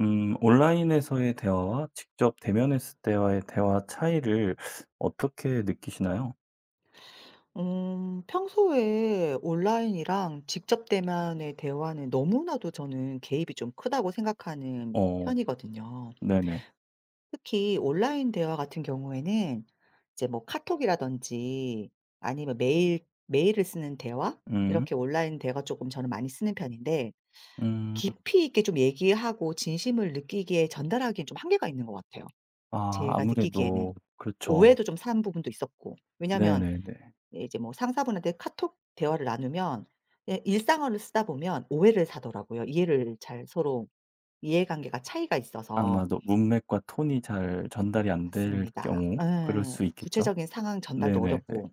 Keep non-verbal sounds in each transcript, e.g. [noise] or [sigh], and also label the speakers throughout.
Speaker 1: 온라인에서의 대화와 직접 대면했을 때와의 대화 차이를 어떻게 느끼시나요?
Speaker 2: 평소에 온라인이랑 직접 대면의 대화는 너무나도 저는 개입이 좀 크다고 생각하는
Speaker 1: 어,
Speaker 2: 편이거든요.
Speaker 1: 네네.
Speaker 2: 특히 온라인 대화 같은 경우에는 이제 뭐 카톡이라든지 아니면 메일을 쓰는 대화
Speaker 1: 음,
Speaker 2: 이렇게 온라인 대화 조금 저는 많이 쓰는 편인데
Speaker 1: 음,
Speaker 2: 깊이 있게 좀 얘기하고 진심을 느끼기에 전달하기엔 좀 한계가 있는 것 같아요.
Speaker 1: 아,
Speaker 2: 제가 느끼기에는.
Speaker 1: 아무래도, 그렇죠.
Speaker 2: 오해도 좀 사는 부분도 있었고. 왜냐면
Speaker 1: 네네네.
Speaker 2: 예 이제 뭐 상사분한테 카톡 대화를 나누면 예 일상어를 쓰다 보면 오해를 사더라고요. 이해를 잘 서로 이해관계가 차이가 있어서.
Speaker 1: 아마도 문맥과 톤이 잘 전달이 안 될
Speaker 2: 맞습니다.
Speaker 1: 경우, 그럴
Speaker 2: 예.
Speaker 1: 수 있겠죠?
Speaker 2: 구체적인 상황 전달도
Speaker 1: 네네네.
Speaker 2: 어렵고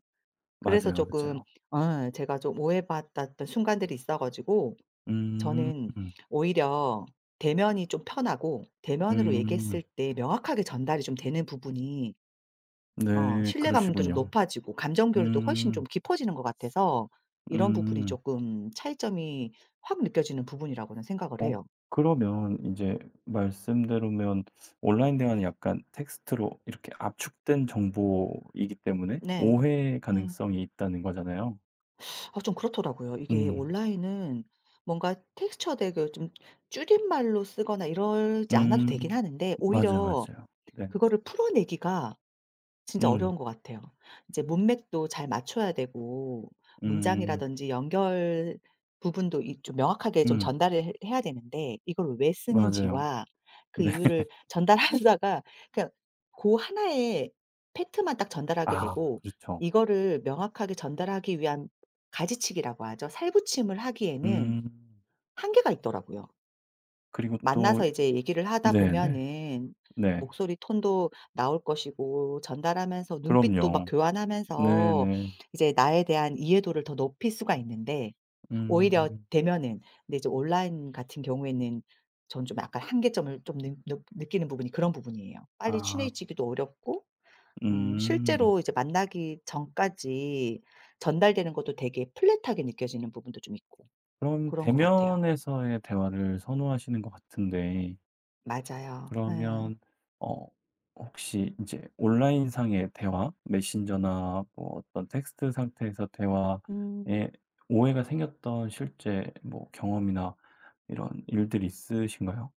Speaker 2: 그래서
Speaker 1: 맞아요,
Speaker 2: 조금,
Speaker 1: 맞아요.
Speaker 2: 제가 좀 오해받았던 순간들이 있어 가지고
Speaker 1: 음,
Speaker 2: 저는 오히려 대면이 좀 편하고 대면으로
Speaker 1: 음,
Speaker 2: 얘기했을 때 명확하게 전달이 좀 되는 부분이
Speaker 1: 네,
Speaker 2: 신뢰감도 좀
Speaker 1: 그러시군요.
Speaker 2: 높아지고 감정 교류도 훨씬 좀
Speaker 1: 음,
Speaker 2: 깊어지는 것 같아서 이런 부분이
Speaker 1: 음.
Speaker 2: 조금 차이점이 확 느껴지는 부분이라고는 생각을
Speaker 1: 어
Speaker 2: 해요.
Speaker 1: 그러면 이제 말씀대로면 온라인 대화는 약간 텍스트로 이렇게 압축된 정보이기 때문에
Speaker 2: 네.
Speaker 1: 오해
Speaker 2: 네,
Speaker 1: 가능성이 있다는 거잖아요.
Speaker 2: 좀 그렇더라고요. 이게
Speaker 1: 음.
Speaker 2: 온라인은 뭔가 텍스처 되게 좀 줄임말로 쓰거나 이러지 않아도 되긴
Speaker 1: 음.
Speaker 2: 하는데
Speaker 1: 맞아요,
Speaker 2: 오히려
Speaker 1: 맞아요. 네네.
Speaker 2: 그거를 풀어내기가 진짜
Speaker 1: 음.
Speaker 2: 어려운 것 같아요. 이제 문맥도 잘 맞춰야 되고
Speaker 1: 음.
Speaker 2: 문장이라든지 연결 부분도 이 좀 명확하게 좀
Speaker 1: 음.
Speaker 2: 전달을 해 해야 되는데 이걸 왜
Speaker 1: 맞아요.
Speaker 2: 쓰는지와 그
Speaker 1: 네.
Speaker 2: 이유를
Speaker 1: [laughs]
Speaker 2: 전달하다가 그냥 그 하나의 팩트만 딱 전달하게
Speaker 1: 아
Speaker 2: 되고
Speaker 1: 그렇죠.
Speaker 2: 이거를 명확하게 전달하기 위한 가지치기라고 하죠. 살붙임을 하기에는
Speaker 1: 음.
Speaker 2: 한계가 있더라고요.
Speaker 1: 그리고 또
Speaker 2: 만나서 이제 얘기를 하다
Speaker 1: 네네. 네.
Speaker 2: 보면은
Speaker 1: 네,
Speaker 2: 목소리 톤도 나올 것이고 전달하면서 눈빛도 막
Speaker 1: 그럼요.
Speaker 2: 교환하면서
Speaker 1: 네네.
Speaker 2: 이제 나에 대한 이해도를 더 높일 수가 있는데 오히려
Speaker 1: 음.
Speaker 2: 대면은, 근데 이제 온라인 같은 경우에는 전 좀 약간 한계점을 좀 느 느 느끼는 부분이 그런 부분이에요. 빨리
Speaker 1: 아.
Speaker 2: 친해지기도 어렵고
Speaker 1: 음.
Speaker 2: 실제로 이제 만나기 전까지 전달되는 것도 되게 플랫하게 느껴지는 부분도 좀 있고
Speaker 1: 그럼
Speaker 2: 그런 것 같아요.
Speaker 1: 대면에서의 대화를 선호하시는 것 같은데
Speaker 2: 맞아요. 예.
Speaker 1: 그러면 어 혹시 이제 온라인상의 대화, 메신저나 뭐 어떤 텍스트 상태에서
Speaker 2: 음.
Speaker 1: 대화에 오해가 생겼던 실제 뭐 경험이나 이런 일들이 있으신가요?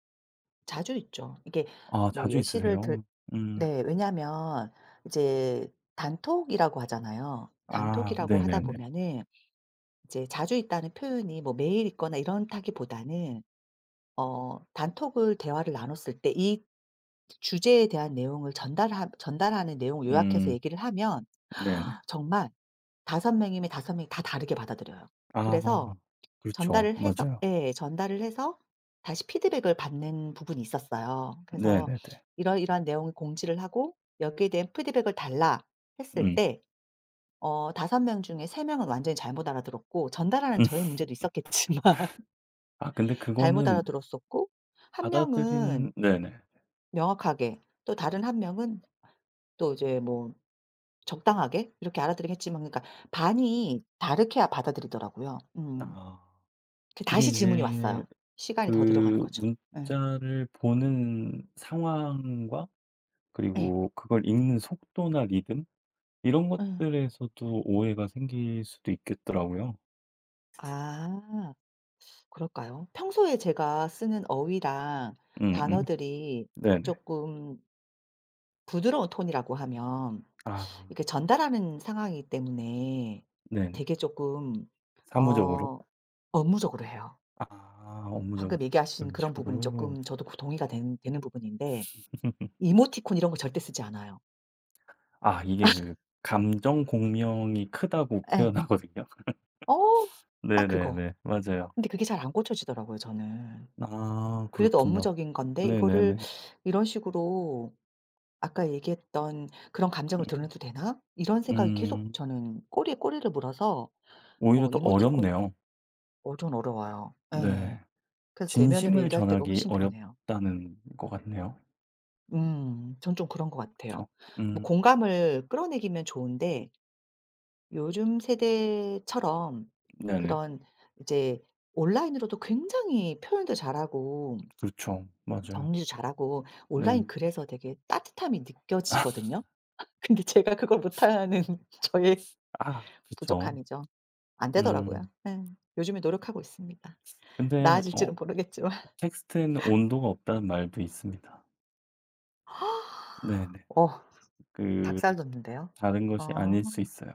Speaker 2: 자주 있죠. 이게
Speaker 1: 아
Speaker 2: 뭐
Speaker 1: 자주
Speaker 2: 예시를 들,
Speaker 1: 있으세요? 음.
Speaker 2: 네. 왜냐하면 이제 단톡이라고 하잖아요.
Speaker 1: 아
Speaker 2: 단톡이라고 하다
Speaker 1: 네네네.
Speaker 2: 보면은 이제 자주 있다는 표현이 뭐 매일 있거나 이런다기보다는 단톡을 대화를 나눴을 때 이 주제에 대한 내용을 전달하는 내용을 요약해서
Speaker 1: 음
Speaker 2: 얘기를 하면
Speaker 1: 네네.
Speaker 2: 정말 다섯 명이면 다섯 명이 다 다르게 받아들여요. 그래서
Speaker 1: 아 그렇죠.
Speaker 2: 전달을 해서
Speaker 1: 맞아요.
Speaker 2: 예 전달을 해서 다시 피드백을 받는 부분이 있었어요. 그래서
Speaker 1: 네네네.
Speaker 2: "이러이러한 내용을 공지를 하고 여기에 대한 피드백을 달라." 했을
Speaker 1: 음.
Speaker 2: 때어섯명 중에 세 명은 완전히 잘못 알아들었고
Speaker 1: [laughs]
Speaker 2: 전달하는
Speaker 1: 음.
Speaker 2: 저의 문제도 있었겠지만 [laughs]
Speaker 1: 아 근데
Speaker 2: 잘못
Speaker 1: 그거는
Speaker 2: 알아들었었고 한 명은
Speaker 1: 받아들이는 네네.
Speaker 2: 명확하게, 또 다른 한 명은 또 이제 뭐 적당하게 이렇게 알아들긴 했지만, 그러니까 반이 다르게 받아들이더라고요. 음.
Speaker 1: 아.
Speaker 2: 그
Speaker 1: 그게
Speaker 2: 다시 질문이
Speaker 1: 이제
Speaker 2: 왔어요. 시간이 더 들어가는
Speaker 1: 그
Speaker 2: 거죠. 예.
Speaker 1: 문자를 보는 상황과
Speaker 2: 예.
Speaker 1: 그리고 그걸 읽는 속도나 리듬 이런
Speaker 2: 예.
Speaker 1: 것들에서도 오해가 생길 수도 있겠더라고요.
Speaker 2: 아 그럴까요? 평소에 제가 쓰는 어휘랑
Speaker 1: 음음.
Speaker 2: 단어들이
Speaker 1: 네네.
Speaker 2: 조금 부드러운 톤이라고 하면
Speaker 1: 아
Speaker 2: 이렇게 전달하는 상황이기 때문에
Speaker 1: 네네.
Speaker 2: 되게 조금
Speaker 1: 사무적으로?
Speaker 2: 어 업무적으로 해요.
Speaker 1: 아 업무적으로
Speaker 2: 방금 얘기하신
Speaker 1: 그런
Speaker 2: 그런 부분이
Speaker 1: 식으로.
Speaker 2: 조금 저도 고 동의가 되는 부분인데
Speaker 1: [laughs]
Speaker 2: 이모티콘 이런 거 절대 쓰지 않아요.
Speaker 1: 아 이게 그 감정 공명이 크다고
Speaker 2: 예.
Speaker 1: 표현하거든요.
Speaker 2: 어
Speaker 1: [laughs]
Speaker 2: 딱 그거.
Speaker 1: 네네네. 맞아요.
Speaker 2: 근데 그게 잘 안 고쳐지더라고요 저는.
Speaker 1: 아
Speaker 2: 그래도
Speaker 1: 그렇군요.
Speaker 2: 업무적인 건데 이거를
Speaker 1: 네네네.
Speaker 2: 이런 식으로, 아까 얘기했던 '그런 감정을
Speaker 1: 음.
Speaker 2: 드러내도 되나?' 이런 생각이 계속
Speaker 1: 음.
Speaker 2: 저는 꼬리에 꼬리를 물어서
Speaker 1: 오히려
Speaker 2: 뭐
Speaker 1: 더
Speaker 2: 이모티콘
Speaker 1: 어렵네요.
Speaker 2: 좀 어려워요.
Speaker 1: 네.
Speaker 2: 예. 그래서 대면으로
Speaker 1: 진심을
Speaker 2: 얘기할 때가
Speaker 1: 전하기
Speaker 2: 훨씬 편해요.
Speaker 1: 어렵다는 것 같네요.
Speaker 2: 음. 전 좀 그런 것 같아요.
Speaker 1: 그쵸?
Speaker 2: 뭐
Speaker 1: 음.
Speaker 2: 공감을 끌어내기면 좋은데 요즘 세대처럼
Speaker 1: 네네.
Speaker 2: 그런 이제 온라인으로도 굉장히 표현도 잘하고
Speaker 1: 그렇죠. 맞아요.
Speaker 2: 정리도 잘하고
Speaker 1: 네.
Speaker 2: 온라인 글에서 되게 따뜻함이 느껴지거든요. 근데 제가 그걸 못하는 [laughs] 저의
Speaker 1: 아 그쵸.
Speaker 2: 부족함이죠. 안 되더라고요.
Speaker 1: 음.
Speaker 2: 예. 요즘에 노력하고 있습니다.
Speaker 1: 근데 어
Speaker 2: 나아질지는 모르겠지만.
Speaker 1: 텍스트에는 온도가 없다는 말도 있습니다.
Speaker 2: [laughs]
Speaker 1: 네네.
Speaker 2: 어
Speaker 1: 그
Speaker 2: 닭살 돋는데요.
Speaker 1: 다른 것이
Speaker 2: 어.
Speaker 1: 아닐 수 있어요.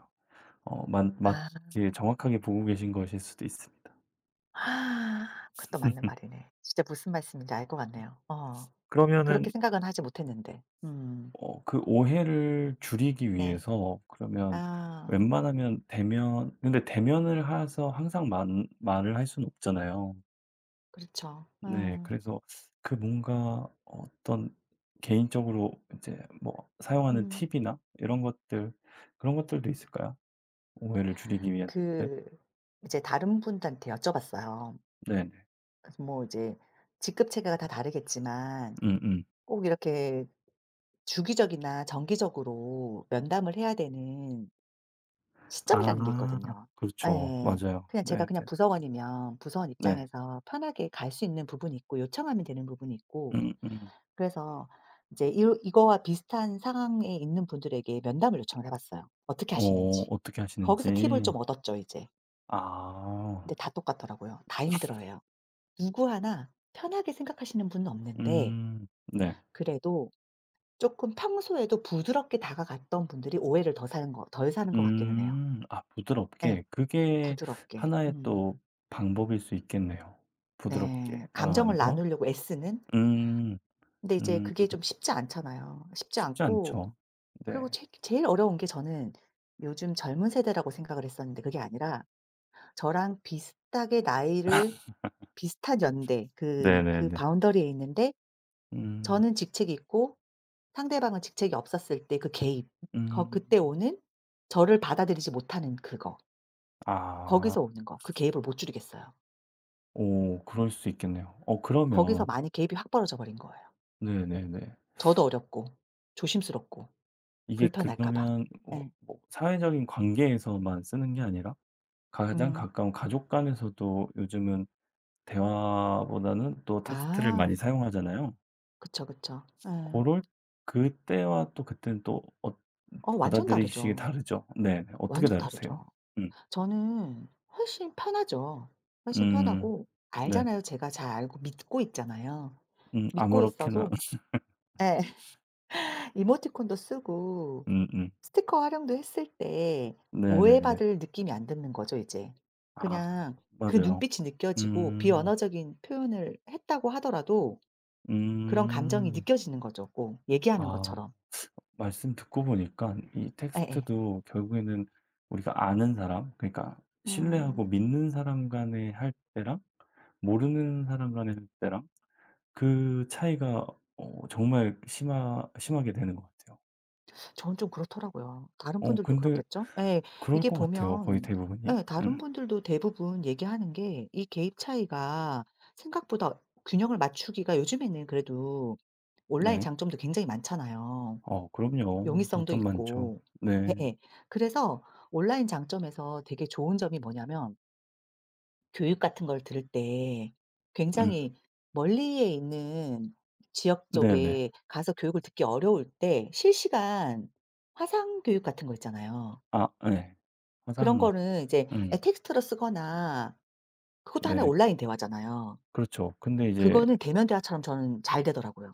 Speaker 1: 어 맞 맞
Speaker 2: 아.
Speaker 1: 이렇게 정확하게 보고 계신 것일 수도 있습니다.
Speaker 2: [sighs] 그것도 맞는 말이네. 진짜 무슨 말씀인지 알 것 같네요. 어.
Speaker 1: 그러면은
Speaker 2: 그렇게 생각은 하지 못했는데. 음.
Speaker 1: 그 오해를 줄이기
Speaker 2: 네.
Speaker 1: 위해서 그러면
Speaker 2: 아
Speaker 1: 웬만하면 대면 근데 대면을 해서 항상 만 말을 할 수는 없잖아요.
Speaker 2: 그렇죠.
Speaker 1: 네. 그래서 그 뭔가 어떤 개인적으로 이제 뭐 사용하는
Speaker 2: 음.
Speaker 1: 팁이나 이런 것들 그런 것들도 있을까요? 오해를 줄이기 위한 팁들?
Speaker 2: 그 이제 다른 분들한테 여쭤봤어요.
Speaker 1: 네네.
Speaker 2: 그래서 뭐 이제 직급 체계가 다 다르겠지만
Speaker 1: 음음.
Speaker 2: 꼭 이렇게 주기적이나 정기적으로 면담을 해야 되는 시점이라는 게
Speaker 1: 아
Speaker 2: 있거든요.
Speaker 1: 그렇죠.
Speaker 2: 예.
Speaker 1: 맞아요.
Speaker 2: 그냥 제가
Speaker 1: 네네.
Speaker 2: 그냥 부서원이면 부서원
Speaker 1: 네.
Speaker 2: 입장에서 편하게 갈 수 있는 부분이 있고 요청하면 되는 부분이 있고,
Speaker 1: 음음.
Speaker 2: 그래서 이제 이 이거와 비슷한 상황에 있는 분들에게 면담을 요청을 해 봤어요, 어떻게
Speaker 1: 어
Speaker 2: 하시는지.
Speaker 1: 어떻게
Speaker 2: 거기서 팁을
Speaker 1: 하시는지.
Speaker 2: 좀 얻었죠 이제.
Speaker 1: 아.
Speaker 2: 근데 다 똑같더라고요. 다 힘들어해요. 누구 하나 편하게 생각하시는 분은 없는데
Speaker 1: 음. 네.
Speaker 2: 그래도 쪼끔 평소에도 부드럽게 다가갔던 분들이 오해를 더 사는 거 덜 사는 것 같기는 해요.
Speaker 1: 음. 아
Speaker 2: 예.
Speaker 1: 부드럽게. 그게
Speaker 2: 부드럽게.
Speaker 1: 하나의
Speaker 2: 음.
Speaker 1: 또 방법일 수 있겠네요.
Speaker 2: 네.
Speaker 1: 부드럽게
Speaker 2: 감정을
Speaker 1: 다가가는 거.
Speaker 2: 나누려고 애쓰는?
Speaker 1: 음.
Speaker 2: 근데 이제
Speaker 1: 음.
Speaker 2: 그게 좀 쉽지 않잖아요. 쉽지
Speaker 1: 쉽지
Speaker 2: 않고.
Speaker 1: 않죠.
Speaker 2: 그리고
Speaker 1: 네.
Speaker 2: 제 제일 어려운 게 저는 요즘 젊은 세대라고 생각을 했었는데, 그게 아니라 저랑 비슷하게 나이를, 비슷한 연대 그 그
Speaker 1: 네네네.
Speaker 2: 바운더리에 있는데
Speaker 1: 음.
Speaker 2: 저는 직책이 있고 상대방은 직책이 없었을 때 그 개입. 거
Speaker 1: 음.
Speaker 2: 그때 오는 저를 받아들이지 못하는 그거.
Speaker 1: 아.
Speaker 2: 거기서 오는 거. 그 개입을 못 줄이겠어요.
Speaker 1: 오 그럴 수 있겠네요.
Speaker 2: 거기서
Speaker 1: 그러면
Speaker 2: 많이 개입이 확 벌어져 버린 거예요.
Speaker 1: 네네네.
Speaker 2: 저도 어렵고 조심스럽고
Speaker 1: 이게
Speaker 2: 불편할까 봐.
Speaker 1: 그러면 어
Speaker 2: 예.
Speaker 1: 뭐 사회적인 관계에서만 쓰는 게 아니라 가장
Speaker 2: 음.
Speaker 1: 가까운 가족 간에서도 요즘은 대화보다는 또 텍스트를
Speaker 2: 아.
Speaker 1: 많이 사용하잖아요.
Speaker 2: 그쵸, 그쵸. 예.
Speaker 1: 고럴 그때와 또 그때는 또 어
Speaker 2: 완전
Speaker 1: 받아들이시기
Speaker 2: 다르죠.
Speaker 1: 다르죠? 네 어떻게
Speaker 2: 완전
Speaker 1: 다르세요?
Speaker 2: 다르죠.
Speaker 1: 음.
Speaker 2: 저는 훨씬 편하죠. 훨씬
Speaker 1: 음.
Speaker 2: 편하고
Speaker 1: 네네.
Speaker 2: 알잖아요. 제가 잘 알고 믿고 있잖아요. 믿고
Speaker 1: 아무렇게나
Speaker 2: 있어도
Speaker 1: [laughs]
Speaker 2: 예. [laughs] 이모티콘도 쓰고
Speaker 1: 음음.
Speaker 2: 스티커 활용도 했을 때
Speaker 1: 네네네.
Speaker 2: 오해받을 느낌이 안 드는 거죠 이제.
Speaker 1: 아
Speaker 2: 그냥 그
Speaker 1: 맞아요.
Speaker 2: 눈빛이 느껴지고
Speaker 1: 음.
Speaker 2: 비언어적인 표현을 했다고 하더라도 그런 감정이
Speaker 1: 음.
Speaker 2: 느껴지는 거죠, 꼭 얘기하는
Speaker 1: 아
Speaker 2: 것처럼.
Speaker 1: 말씀 듣고 보니까 이
Speaker 2: 예예.
Speaker 1: 텍스트도 결국에는 우리가 아는 사람 그러니까 신뢰하고
Speaker 2: 음.
Speaker 1: 믿는 사람 간에 할 때랑 모르는 사람 간에 할 때랑 그 차이가 어 정말 심하게 되는 것 같아요.
Speaker 2: 저는 좀 그렇더라고요. 다른
Speaker 1: 어
Speaker 2: 분들도
Speaker 1: 근데
Speaker 2: 그렇겠죠? 예.
Speaker 1: 그럴
Speaker 2: 이게
Speaker 1: 것 같아요 거의
Speaker 2: 보면
Speaker 1: 대부분이.
Speaker 2: 예 다른 분들도 대부분 얘기하는 게 이 개입 차이가 생각보다 균형을 맞추기가, 요즘에는 그래도 온라인
Speaker 1: 네.
Speaker 2: 장점도 굉장히 많잖아요.
Speaker 1: 어 그럼요.
Speaker 2: 용이성도
Speaker 1: 장점 많죠.
Speaker 2: 있고.
Speaker 1: 네.
Speaker 2: 예예. 그래서 온라인 장점에서 되게 좋은 점이 뭐냐면 교육 같은 걸 들을 때
Speaker 1: 음.
Speaker 2: 굉장히 멀리에 있는 지역
Speaker 1: 네네.
Speaker 2: 쪽에 가서 교육을 듣기 어려울 때 실시간 화상 교육 같은 거 있잖아요.
Speaker 1: 아 네
Speaker 2: 그런
Speaker 1: 화상
Speaker 2: 거는 이제 예
Speaker 1: 음
Speaker 2: 텍스트로 쓰거나, 그것도 하나의
Speaker 1: 네.
Speaker 2: 온라인 대화잖아요.
Speaker 1: 그렇죠. 근데 이제
Speaker 2: 그거는 대면 대화처럼 저는 잘 되더라고요.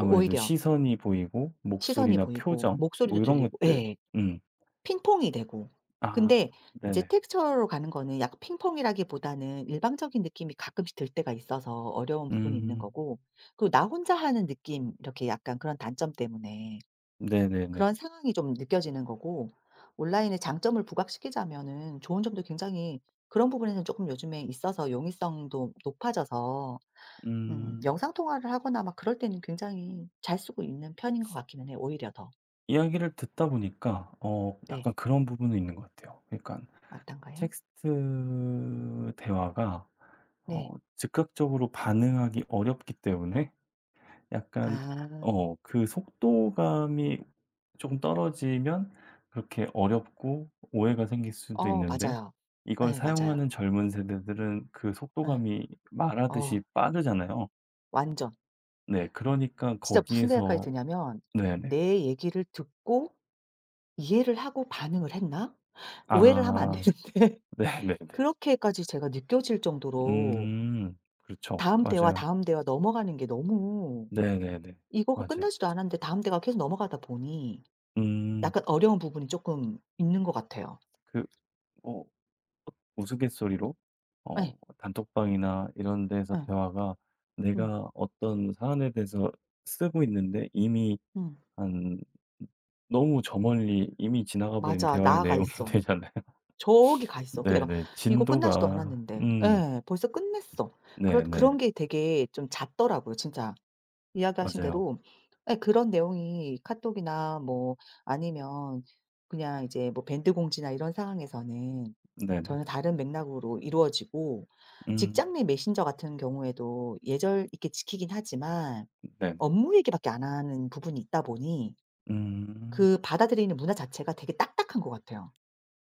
Speaker 2: 오 오히려
Speaker 1: 시선이 보이고
Speaker 2: 시선이
Speaker 1: 목소리나
Speaker 2: 보이고
Speaker 1: 표정
Speaker 2: 목소리도
Speaker 1: 뭐 이런
Speaker 2: 들리고
Speaker 1: 것들
Speaker 2: 예.
Speaker 1: 음.
Speaker 2: 핑퐁이 되고.
Speaker 1: 아
Speaker 2: 근데 이제
Speaker 1: 네네.
Speaker 2: 텍스처로 가는 거는 약간 핑퐁이라기보다는 일방적인 느낌이 가끔씩 들 때가 있어서 어려운 부분이 있는
Speaker 1: 음.
Speaker 2: 거고, 그리고 나 혼자 하는 느낌 이렇게 약간 그런 단점 때문에
Speaker 1: 네네네.
Speaker 2: 그런 상황이 좀 느껴지는 거고. 온라인의 장점을 부각시키자면은 좋은 점도 굉장히, 그런 부분에서는 조금 요즘에 있어서 용이성도 높아져서
Speaker 1: 음.
Speaker 2: 영상 통화를 하거나 막 그럴 때는 굉장히 잘 쓰고 있는 편인 것 같기는 해요 오히려 더.
Speaker 1: 이야기를 듣다 보니까 어
Speaker 2: 네.
Speaker 1: 약간 그런 부분은 있는 것 같아요. 그러니까
Speaker 2: 맞던가요.
Speaker 1: 텍스트 대화가 어
Speaker 2: 네.
Speaker 1: 즉각적으로 반응하기 어렵기 때문에 약간
Speaker 2: 아.
Speaker 1: 그 속도감이 조금 떨어지면 그렇게 어렵고 오해가 생길 수도 있는데
Speaker 2: 맞아요.
Speaker 1: 이걸
Speaker 2: 예 맞아요.
Speaker 1: 사용하는 젊은 세대들은 그
Speaker 2: 예.
Speaker 1: 속도감이
Speaker 2: 어
Speaker 1: 말하듯이 빠르잖아요.
Speaker 2: 완전.
Speaker 1: 네. 그러니까
Speaker 2: 진짜 무슨 생각까지
Speaker 1: 거기에서
Speaker 2: 드냐면
Speaker 1: 네네.
Speaker 2: '내 얘기를 듣고 이해를 하고 반응을 했나? 오해를 하면 안 되는데.'
Speaker 1: 아
Speaker 2: [laughs]
Speaker 1: [laughs] 네네네.
Speaker 2: 그렇게까지 제가 느껴질 정도로,
Speaker 1: 음. 그렇죠.
Speaker 2: 다음 대화,
Speaker 1: 맞아요.
Speaker 2: 다음 대화 넘어가는 게 너무,
Speaker 1: 네네네.
Speaker 2: 이거가
Speaker 1: 맞아요.
Speaker 2: 끝나지도 않았는데 다음 대화가 계속 넘어가다 보니
Speaker 1: 음.
Speaker 2: 약간 어려운 부분이 쪼끔 있는 것 같아요.
Speaker 1: 그 어 우스갯소리로
Speaker 2: 예.
Speaker 1: 단톡방이나 이런 데서
Speaker 2: 예.
Speaker 1: 대화가
Speaker 2: 음.
Speaker 1: 내가 어떤 사안에 대해서 쓰고 있는데 이미
Speaker 2: 음.
Speaker 1: 한 너무 저 멀리 이미 지나가 버린
Speaker 2: 맞아.
Speaker 1: 대화의
Speaker 2: 나아가
Speaker 1: 내용이
Speaker 2: 있어.
Speaker 1: [laughs] 되잖아요.
Speaker 2: 저기 가 있어. 그 내가
Speaker 1: 네네.
Speaker 2: 이거 끝나지도
Speaker 1: 진도가
Speaker 2: 않았는데 예 벌써 끝냈어. 그런
Speaker 1: 네네.
Speaker 2: 게 되게 좀 잦더라고요 진짜. 이야기하신
Speaker 1: 맞아요.
Speaker 2: 대로 예 그런 내용이 카톡이나 뭐 아니면 그냥 이제 뭐 밴드 공지나 이런 상황에서는
Speaker 1: 네네네.
Speaker 2: 전혀 다른 맥락으로 이루어지고, 직장
Speaker 1: 음
Speaker 2: 내 메신저 같은 경우에도 예절 있게 지키긴 하지만
Speaker 1: 네네.
Speaker 2: 업무 얘기밖에 안 하는 부분이 있다 보니
Speaker 1: 음.
Speaker 2: 그 받아들이는 문화 자체가 되게 딱딱한 것 같아요.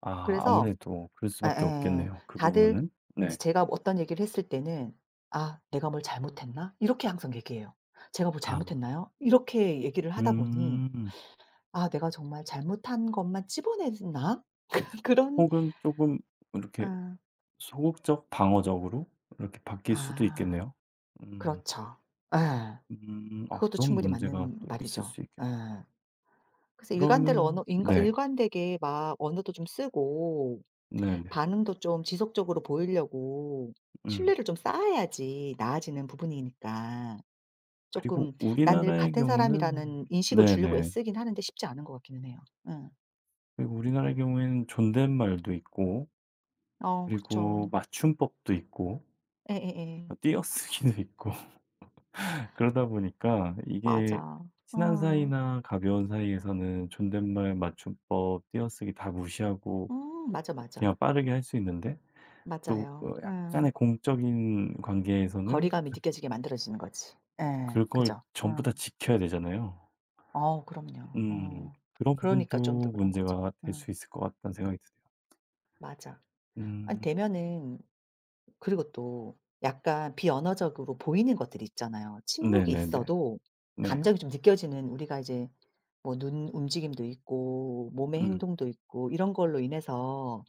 Speaker 1: 아
Speaker 2: 그래서
Speaker 1: 아무래도 그럴 수밖에
Speaker 2: 예예.
Speaker 1: 없겠네요, 그
Speaker 2: 다들
Speaker 1: 부분은.
Speaker 2: 제
Speaker 1: 네.
Speaker 2: 제가 뭐 어떤 얘기를 했을 때는 "아 내가 뭘 잘못했나?" 이렇게 항상 얘기해요. "제가 뭘
Speaker 1: 아.
Speaker 2: 잘못했나요?" 이렇게 얘기를 하다 보니
Speaker 1: 음.
Speaker 2: '아 내가 정말 잘못한 것만 찝어냈나?' [laughs] 그런,
Speaker 1: 혹은 조금
Speaker 2: 어
Speaker 1: 이렇게 소극적 방어적으로 이렇게 바뀔
Speaker 2: 아
Speaker 1: 수도
Speaker 2: 아
Speaker 1: 있겠네요. 음.
Speaker 2: 그렇죠. 예.
Speaker 1: 음. 아
Speaker 2: 그것도
Speaker 1: 그런
Speaker 2: 충분히
Speaker 1: 문제가
Speaker 2: 맞는
Speaker 1: 또 있을
Speaker 2: 말이죠.
Speaker 1: 수 있겠
Speaker 2: 예. 그래서 일관될
Speaker 1: 그러면
Speaker 2: 언어 인과
Speaker 1: 네.
Speaker 2: 일관되게 막 언어도 좀 쓰고
Speaker 1: 네네.
Speaker 2: 반응도 좀 지속적으로 보이려고
Speaker 1: 음.
Speaker 2: 신뢰를 좀 쌓아야지 나아지는 부분이니까.
Speaker 1: 그리고
Speaker 2: 쪼끔 '난 늘
Speaker 1: 우리나라의
Speaker 2: 같은
Speaker 1: 경우는
Speaker 2: 사람이라는 인식을 주려고
Speaker 1: 네네.
Speaker 2: 애쓰긴 하는데 쉽지 않은 것 같기는 해요. 예.
Speaker 1: 그리고 우리나라의 경우에는 존댓말도 있고 그리고
Speaker 2: 그쵸.
Speaker 1: 맞춤법도 있고
Speaker 2: 예예예.
Speaker 1: 띄어쓰기도 있고 [laughs] 그러다 보니까 이게
Speaker 2: 맞아.
Speaker 1: 친한
Speaker 2: 어.
Speaker 1: 사이나 가벼운 사이에서는 존댓말, 맞춤법, 띄어쓰기 다 무시하고
Speaker 2: 맞아, 맞아.
Speaker 1: 그냥 빠르게 할 수 있는데 또 어
Speaker 2: 맞아요. 예.
Speaker 1: 약간의 공적인 관계에서는
Speaker 2: 거리감이
Speaker 1: 그
Speaker 2: 느껴지게 만들어지는 거지. 예.
Speaker 1: 그걸
Speaker 2: 그죠?
Speaker 1: 전부
Speaker 2: 어.
Speaker 1: 다 지켜야 되잖아요.
Speaker 2: 어우 그럼요.
Speaker 1: 음.
Speaker 2: 어.
Speaker 1: 그런
Speaker 2: 그러니까 좀 더
Speaker 1: 부분도
Speaker 2: 그런 거죠.
Speaker 1: 문제가 될
Speaker 2: 어
Speaker 1: 수 있을 것 같다는 생각이 드네요.
Speaker 2: 맞아. 아니
Speaker 1: 음.
Speaker 2: 되면은, 그리고 또 약간 비언어적으로 보이는 것들이 있잖아요. 침묵이
Speaker 1: 네네네.
Speaker 2: 있어도
Speaker 1: 네.
Speaker 2: 감정이 좀 느껴지는, 우리가 이제 뭐 눈 움직임도 있고 몸의
Speaker 1: 음.
Speaker 2: 행동도 있고 이런 걸로 인해서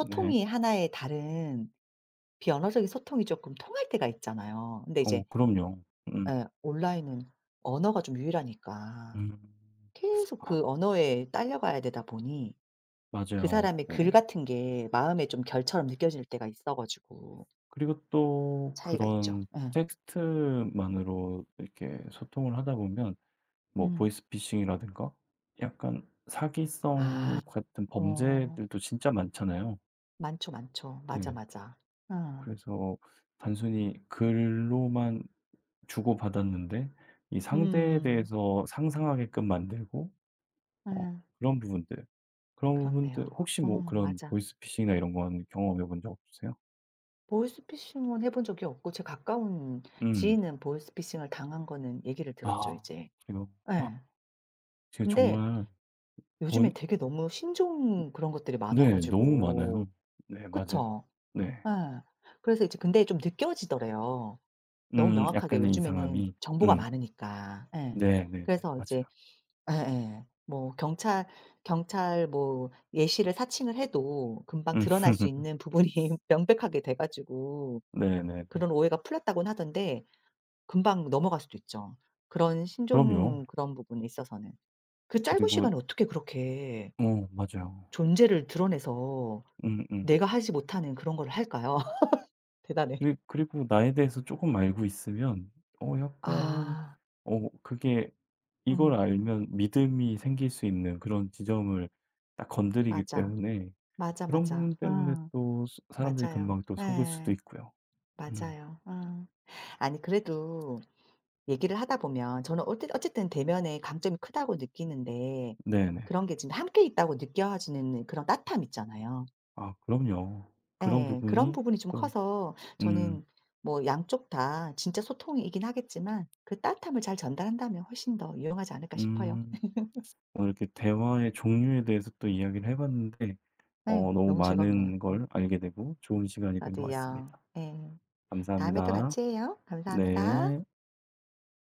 Speaker 1: 네.
Speaker 2: 하나의 다른, 비언어적인 소통이 조금 통할 때가 있잖아요. 근데
Speaker 1: 어
Speaker 2: 이제
Speaker 1: 그럼요. 음.
Speaker 2: 예 온라인은 언어가 좀 유일하니까
Speaker 1: 음.
Speaker 2: 계속
Speaker 1: 아
Speaker 2: 그 언어에 딸려가야 되다 보니 그
Speaker 1: 맞아요.
Speaker 2: 사람의 글
Speaker 1: 네.
Speaker 2: 같은 게 마음에 좀 결처럼 느껴질 때가 있어 가지고
Speaker 1: 그리고 또
Speaker 2: 차이가 있죠.
Speaker 1: 그런
Speaker 2: 예.
Speaker 1: 텍스트만으로 이렇게 소통을 하다 보면 뭐
Speaker 2: 음.
Speaker 1: 보이스피싱이라든가 약간
Speaker 2: 아.
Speaker 1: 사기성 같은
Speaker 2: 어.
Speaker 1: 범죄들도 진짜 많잖아요.
Speaker 2: 많죠, 많죠. 맞아,
Speaker 1: 네.
Speaker 2: 맞아. 어.
Speaker 1: 그래서 단순히 글로만 주고받았는데 이 상대에
Speaker 2: 음.
Speaker 1: 대해서 상상하게끔 만들고 어
Speaker 2: 예.
Speaker 1: 그런 부분들 그런 부분들
Speaker 2: 그렇네요.
Speaker 1: 혹시
Speaker 2: 어
Speaker 1: 뭐 그런
Speaker 2: 맞아.
Speaker 1: 보이스피싱이나 이런 건 경험해 본 적 없으세요?
Speaker 2: 보이스피싱은 해본 적이 없고 제 가까운
Speaker 1: 음.
Speaker 2: 지인은 보이스피싱을 당한 거는 얘기를 들었죠
Speaker 1: 아
Speaker 2: 이제.
Speaker 1: 그래요? 와
Speaker 2: 예.
Speaker 1: 지금
Speaker 2: 근데
Speaker 1: 정말 본
Speaker 2: 요즘에 되게 너무 신종 그런 것들이 많아
Speaker 1: 네. 너무
Speaker 2: 가지고
Speaker 1: 많아요. 네. 맞아요.
Speaker 2: 그쵸?
Speaker 1: 네.
Speaker 2: 예. 그래서 이제 근데 좀 느껴지더래요. 너무 명확하게
Speaker 1: 약간의
Speaker 2: 요즘에는
Speaker 1: 이상함이.
Speaker 2: 정보가
Speaker 1: 음.
Speaker 2: 많으니까. 예.
Speaker 1: 네네네.
Speaker 2: 그래서 이제
Speaker 1: 맞아요.
Speaker 2: 예예. 뭐 경찰 뭐 예시를 사칭을 해도 금방
Speaker 1: 음.
Speaker 2: 드러날 수
Speaker 1: [laughs]
Speaker 2: 있는 부분이 [laughs] 명백하게 돼 가지고
Speaker 1: 네네네.
Speaker 2: 그런 오해가 풀렸다고는 하던데 금방 넘어갈 수도 있죠. 그런
Speaker 1: 그럼요.
Speaker 2: 신종 그런 부분에 있어서는. 그 짧은
Speaker 1: 그리고
Speaker 2: 시간에 어떻게 그렇게
Speaker 1: 어 맞아요.
Speaker 2: 존재를 드러내서
Speaker 1: 음음.
Speaker 2: 내가 하지 못하는 그런 걸 할까요? [laughs] 대단해.
Speaker 1: 그리고 나에 대해서 조금 알고 있으면 약간
Speaker 2: 아.
Speaker 1: 어 그게
Speaker 2: 음.
Speaker 1: 이걸 알면 믿음이 생길 수 있는 그런 지점을 딱 건드리기
Speaker 2: 맞아.
Speaker 1: 때문에
Speaker 2: 맞아,
Speaker 1: 그런
Speaker 2: 맞아.
Speaker 1: 부분 때문에
Speaker 2: 어.
Speaker 1: 또 사람들이
Speaker 2: 맞아요.
Speaker 1: 금방 또 속을 수도
Speaker 2: 예.
Speaker 1: 있고요. 음
Speaker 2: 맞아요. 어. 아니 그래도 얘기를 하다 보면 저는 어쨌든 대면의 강점이 크다고 느끼는데
Speaker 1: 네네.
Speaker 2: 그런 게 지금 함께 있다고 느껴지는 그런 따뜻함 있잖아요.
Speaker 1: 아 그럼요. 그런
Speaker 2: 예. 그런
Speaker 1: 부분이
Speaker 2: 부분이 좀
Speaker 1: 또
Speaker 2: 커서
Speaker 1: 음
Speaker 2: 저는 뭐 양쪽 다 진짜 소통이긴 하겠지만 그 따뜻함을 잘 전달한다면 훨씬 더 유용하지 않을까 싶어요.
Speaker 1: 음 오늘 이렇게 대화의 종류에 대해서 또 이야기를 해 봤는데
Speaker 2: 네.
Speaker 1: 너무
Speaker 2: 너무 즐겁네요.
Speaker 1: 많은
Speaker 2: 음.
Speaker 1: 걸 알게 되고 좋은 시간이 된 것
Speaker 2: 저도요.
Speaker 1: 같습니다.
Speaker 2: 예. 다음에 또
Speaker 1: 감사합니다.
Speaker 2: 같이 해요. 감사합니다.
Speaker 1: 네.